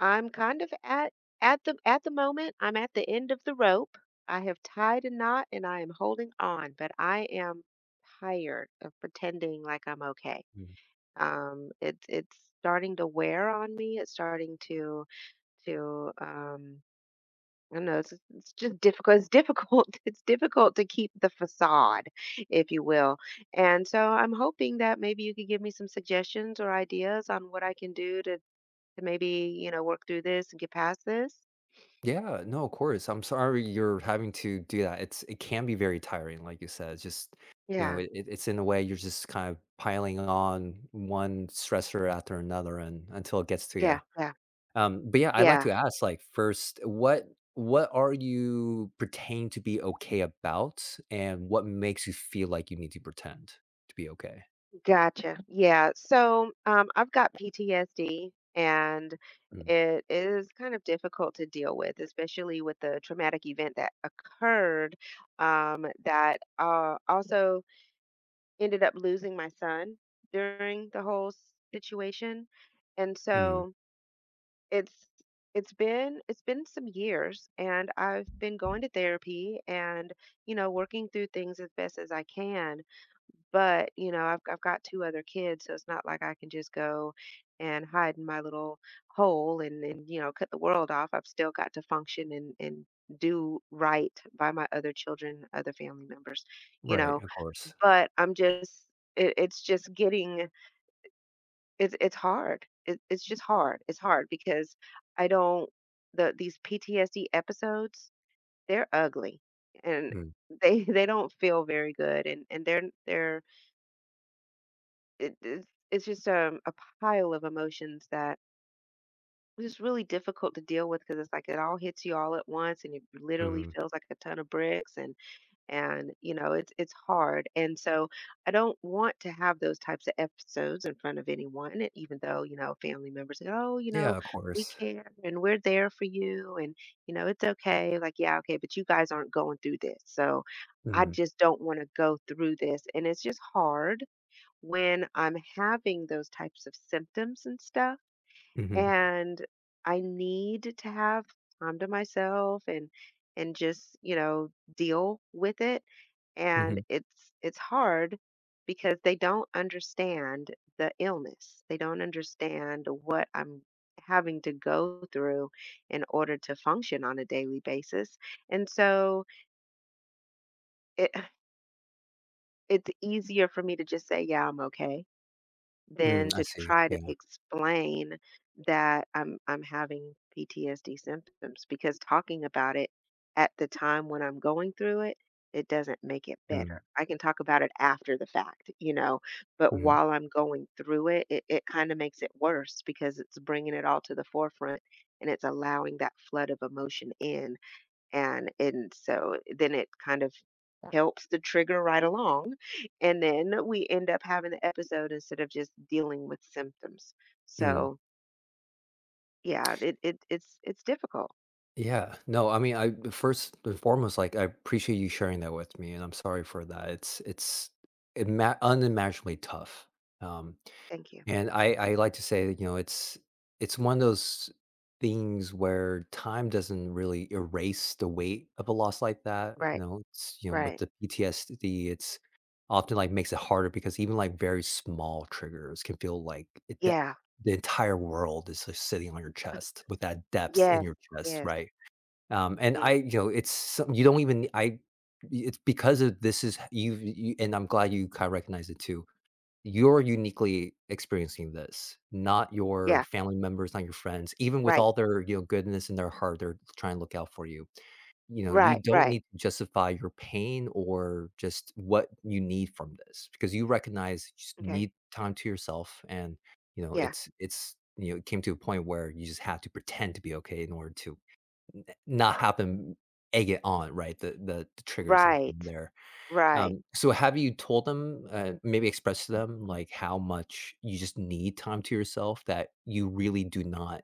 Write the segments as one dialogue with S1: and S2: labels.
S1: I'm kind of at at the moment, I'm at the end of the rope. I have tied a knot and I am holding on, but I am tired of pretending like I'm okay.
S2: Mm.
S1: It's starting to wear on me. It's starting to I don't know. It's just difficult. It's difficult. It's difficult to keep the facade, if you will. And so I'm hoping that maybe you could give me some suggestions or ideas on what I can do to maybe work through this and get past this.
S2: Yeah, no, of course. I'm sorry you're having to do that. It can be very tiring, like you said. It's just
S1: Yeah,
S2: it's in a way you're just kind of piling on one stressor after another, and until it gets to you.
S1: yeah, yeah,
S2: But yeah, I'd like
S1: yeah.
S2: to ask, first, what are you pretending to be okay about, and what makes you feel like you need to pretend to be okay?
S1: Gotcha. Yeah. So I've got PTSD, and
S2: Mm.
S1: it is kind of difficult to deal with, especially with the traumatic event that occurred. That also ended up losing my son during the whole situation, and
S2: Mm.
S1: so it's it's been some years and I've been going to therapy and you know working through things as best as I can. But, you know, I've got 2 other kids, so it's not like I can just go and hide in my little hole and then, you know, cut the world off. I've still got to function and do right by my other children, other family members, you
S2: Right,
S1: know?
S2: of course.
S1: But I'm just it's just getting it's hard. It's just hard. It's hard because I don't the these PTSD episodes, they're ugly, and
S2: Mm.
S1: they they don't feel very good, and they're it it's just a pile of emotions that is really difficult to deal with because it's like it all hits you all at once and it literally
S2: Mm.
S1: feels like a ton of bricks and you know it's hard and so I don't want to have those types of episodes in front of anyone, and even though you know family members say, oh, you know,
S2: Yeah, of
S1: we
S2: course.
S1: care and we're there for you and you know it's okay, like, yeah, okay, but you guys aren't going through this, so I
S2: Mm.
S1: just don't want to go through this and it's just hard when I'm having those types of symptoms and stuff,
S2: Hmm.
S1: and I need to have time to myself and just, you know, deal with it. And
S2: Hmm.
S1: it's hard because they don't understand the illness. They don't understand what I'm having to go through in order to function on a daily basis. And so it it's easier for me to just say, yeah, I'm okay,
S2: Mm,
S1: than
S2: I
S1: to
S2: see.
S1: try to explain that I'm having PTSD symptoms, because talking about it at the time when I'm going through it, it doesn't make it
S2: Mm.
S1: better. I can talk about it after the fact, you know, but
S2: Mhm.
S1: while I'm going through it, it kind of makes it worse because it's bringing it all to the forefront and it's allowing that flood of emotion in. And so then it kind of helps the trigger right along, and then we end up having the episode instead of just dealing with symptoms.
S2: Mm.
S1: So, yeah, it's difficult.
S2: Yeah, no, I mean, I first and foremost, like, I appreciate you sharing that with me, and I'm sorry for that. It's imma unimaginably tough, um,
S1: Thank you.
S2: and I like to say that, you know, it's one of those things where time doesn't really erase the weight of a loss like that, you
S1: Right.
S2: know, you know, with
S1: Right.
S2: the PTSD, it's often, like, makes it harder because even, like, very small triggers can feel like it that
S1: Yeah.
S2: the entire world is just sitting on your chest with that depth in
S1: Yes.
S2: your chest,
S1: Yes.
S2: right? And
S1: Mm.
S2: I you know, it's some you don't even I it's because of this is you and I'm glad you kinda recognize it too. You're uniquely experiencing this, not your
S1: Yeah.
S2: family members, not your friends, even with
S1: Right.
S2: all their, you know, goodness in their heart, they're trying to look out for you. You know, you
S1: Right.
S2: don't
S1: Right.
S2: need to justify your pain or just what you need from this because you recognize you just
S1: Okay.
S2: need time to yourself. And, you know,
S1: Yeah.
S2: you know, it came to a point where you just have to pretend to be okay in order to not have them egg it on, right? The triggers and here and
S1: Right.
S2: there.
S1: Right.
S2: So have you told them, maybe expressed to them, like, how much you just need time to yourself, that you really do not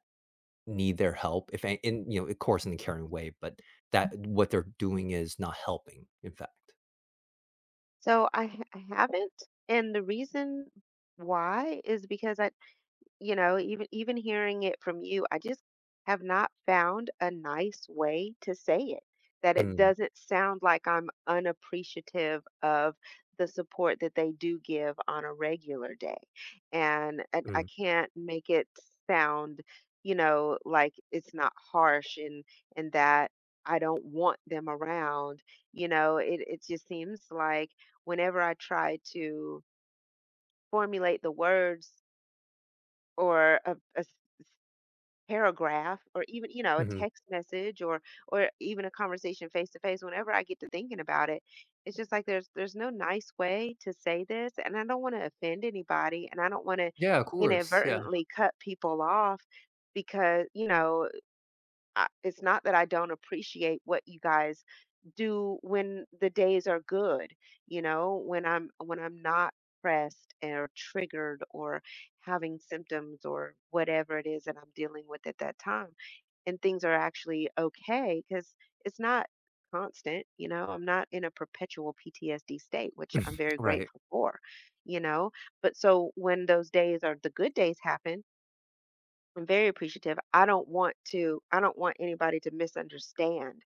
S2: need their help? If a in You know, of course, in a caring way, but that what they're doing is not helping, in fact.
S1: So I haven't, and the reason why is because I, you know, even even hearing it from you, I just have not found a nice way to say it, that it
S2: Mm.
S1: doesn't sound like I'm unappreciative of the support that they do give on a regular day. And I
S2: Mm.
S1: can't make it sound, you know, like it's not harsh and that I don't want them around. You know, it just seems like whenever I try to formulate the words or a paragraph or even you know a
S2: Mhm.
S1: text message or even a conversation face to face, whenever I get to thinking about it, it's just like there's no nice way to say this and I don't want to offend anybody and I don't want to
S2: Yeah, of course, yeah.
S1: inadvertently cut people off, because you know I, it's not that I don't appreciate what you guys do when the days are good, you know, when I'm not pressed or triggered or having symptoms or whatever it is that I'm dealing with at that time, and things are actually okay because it's not constant, you know, I'm not in a perpetual PTSD state, which I'm very
S2: Right.
S1: grateful for, you know, but so when those days are the good days happen, I'm very appreciative. I don't want anybody to misunderstand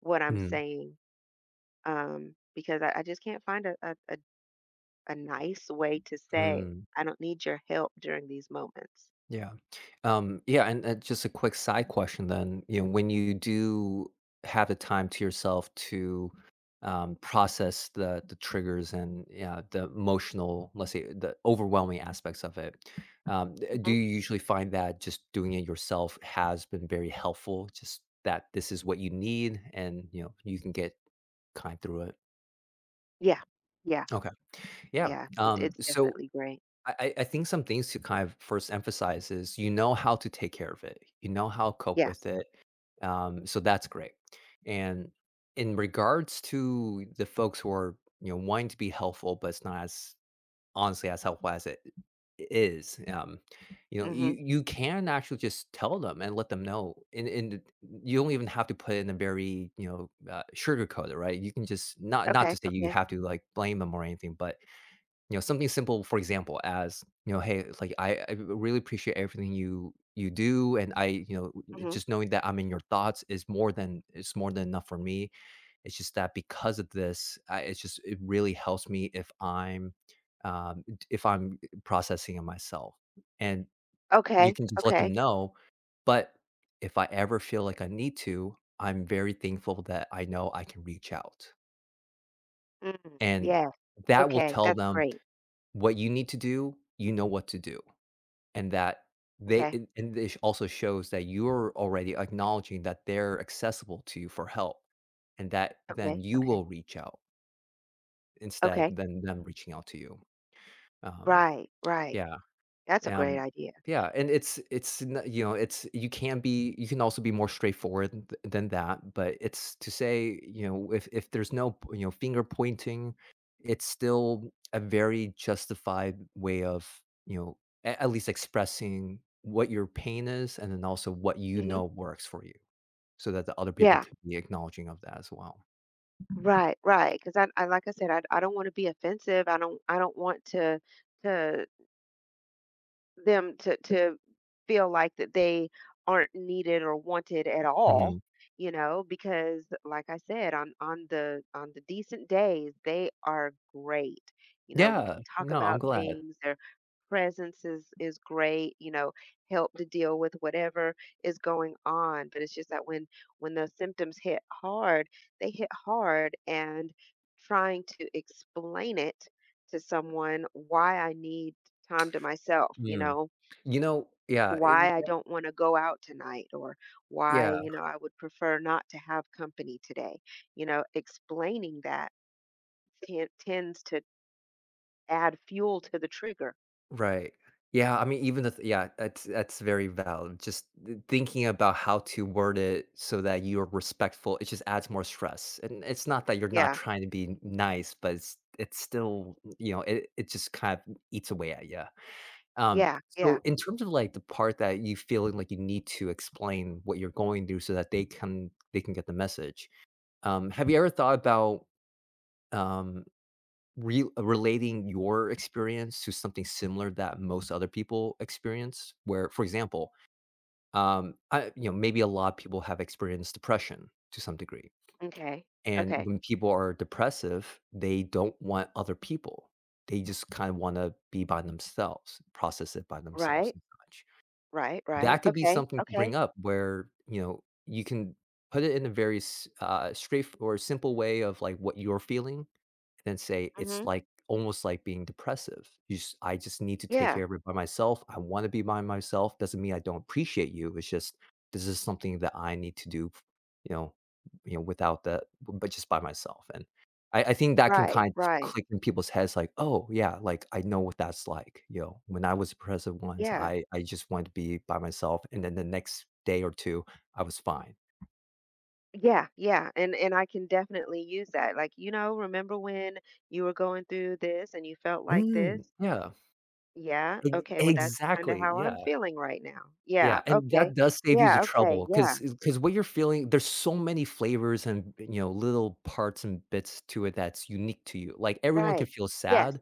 S1: what I'm
S2: Mm.
S1: saying, because I just can't find a nice way to say,
S2: Mm.
S1: I don't need your help during these moments.
S2: Yeah. Yeah, and just a quick side question then, you know, when you do have the time to yourself to process the triggers and yeah, the emotional, let's say the overwhelming aspects of it, do
S1: Hmm.
S2: you usually find that just doing it yourself has been very helpful? Just that this is what you need and you know you can get kind through it.
S1: Yeah, yeah,
S2: Okay. Yeah.
S1: yeah.
S2: Um,
S1: It's
S2: so
S1: definitely great.
S2: I think some things to kind of first emphasize is you know how to take care of it. You know how to cope
S1: Yeah.
S2: with it. So that's great. And in regards to the folks who are you know wanting to be helpful, but it's not as honestly as helpful as it is. You know,
S1: Hmm.
S2: you can actually just tell them and let them know. And you don't even have to put it in a very you know sugarcoat it, right? You can just not to
S1: Okay.
S2: say you
S1: Okay.
S2: have to like blame them or anything, but you know, something simple, for example, as, you know, "Hey, like, I really appreciate everything you do, and I you know,
S1: Hmm.
S2: just knowing that I'm in your thoughts is more than it's more than enough for me. It's just that because of this, I it's just it really helps me if I'm, d if I'm processing it myself." And you
S1: Okay.
S2: can just let
S1: Okay.
S2: them know, but if I ever feel like I need to, I'm very thankful that I know I can reach out.
S1: Mm.
S2: And
S1: Yeah.
S2: that will
S1: Okay.
S2: tell
S1: That's
S2: them
S1: great.
S2: what you need to do, you know what to do, and that they
S1: Okay.
S2: and this also shows that you're already acknowledging that they're accessible to you for help, and that then
S1: Okay.
S2: you
S1: Okay.
S2: will reach out instead
S1: Okay.
S2: than them reaching out to you. Um,
S1: Right. Right.
S2: yeah.
S1: That's a great
S2: Um,
S1: idea.
S2: yeah, and it's n you know, it's you can be you can also be more straightforward th than that, but it's to say, you know, if there's no, p you know, finger pointing, it's still a very justified way of, you know, a at least expressing what your pain is and then also what you
S1: Mhm.
S2: know works for you so that the other people
S1: Yeah,
S2: can be acknowledging of that as well.
S1: right, right. Because I like I said, I don't wanna be offensive, I don't want to them to feel like that they aren't needed or wanted at all,
S2: Mhm.
S1: you know, because like I said, on the decent days, they are great, you know, we
S2: Yeah.
S1: can talk
S2: No, I'm
S1: about
S2: glad.
S1: things, they're presence is great, you know, help to deal with whatever is going on, but it's just that when the symptoms hit hard, they hit hard, and trying to explain it to someone why I need time to myself, you
S2: Mm.
S1: know,
S2: You know yeah,
S1: why
S2: it
S1: I don't want to go out tonight, or why
S2: yeah.
S1: you know I would prefer not to have company today, you know, explaining that tends to add fuel to the trigger.
S2: Right. Yeah, I mean, even the th yeah, that's very valid. Just th thinking about how to word it so that you're respectful, it just adds more stress, and it's not that you're not
S1: Yeah,
S2: trying to be nice, but it's still, you know, it just kind of eats away at you. Um,
S1: yeah, yeah.
S2: so in terms of, like, the part that you feeling like you need to explain what you're going through so that they can get the message, have you ever thought about, um re relating your experience to something similar that most other people experience where for example I you know maybe a lot of people have experienced depression to some degree
S1: Okay.
S2: and
S1: Okay.
S2: when people are depressive they don't want other people they just kind of want to be by themselves process it by themselves
S1: Right.
S2: and such
S1: Right.
S2: that
S1: Right.
S2: could be
S1: Okay.
S2: something to
S1: Okay.
S2: bring up where you know you can put it in a very straightforward simple way of like what you're feeling then say it's
S1: Hmm.
S2: like almost like being depressive. You just I just need to take
S1: Yeah.
S2: care of it by myself. I want to be by myself. Doesn't mean I don't appreciate you. It's just this is something that I need to do, you know, you know, without that, but just by myself. And I think that can
S1: Right.
S2: kind of
S1: Right.
S2: click in people's heads like, oh yeah, like I know what that's like. You know, when I was depressive once,
S1: Yeah.
S2: I just wanted to be by myself. And then the next day or two, I was fine.
S1: Yeah. Yeah. And I can definitely use that. Like, you know, remember when you were going through this and you felt like this?
S2: Mm, yeah.
S1: Yeah.
S2: Ex-
S1: Okay. Well, that's kind of
S2: Exactly.
S1: how I'm
S2: Yeah.
S1: feeling right now. Yeah.
S2: Yeah, and
S1: Okay.
S2: that does save you the
S1: Yeah. Okay.
S2: trouble,
S1: Yeah.
S2: because what you're feeling there's so many flavors and, you know, little parts and bits to it that's unique to you. Like, everyone can
S1: Right.
S2: feel
S1: Yes.
S2: sad,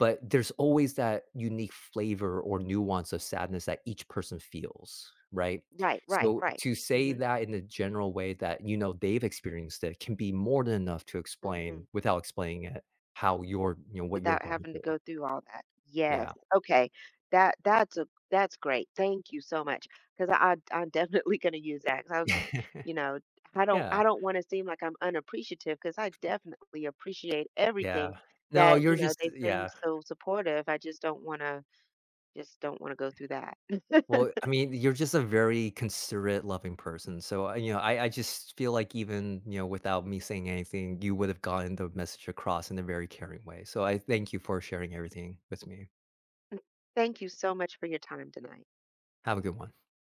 S2: but there's always that unique flavor or nuance of sadness that each person feels, right?
S1: Right. Right.
S2: So,
S1: Right.
S2: to say
S1: Hmm.
S2: that in a general way that, you know, they've experienced it can be more than enough to
S1: Hmm.
S2: explain without explaining it how you're you know, what you're
S1: Without
S2: going
S1: having to
S2: through.
S1: go through all that.
S2: Yeah.
S1: Yes. Okay. That's great. Thank you so much. Because I'm definitely gonna use that. 'Cause I was just, you know,
S2: Yeah.
S1: I don't want to seem like I'm unappreciative because I definitely appreciate
S2: Yeah.
S1: everything
S2: No,
S1: that,
S2: you're
S1: you know,
S2: just
S1: they've been
S2: yeah.
S1: so supportive. I just don't wanna go through that.
S2: Well, I mean, you're just a very considerate, loving person. So, you know, I just feel like even, you know, without me saying anything, you would have gotten the message across in a very caring way. So I thank you for sharing everything with me.
S1: Thank you so much for your time tonight.
S2: Have a good one.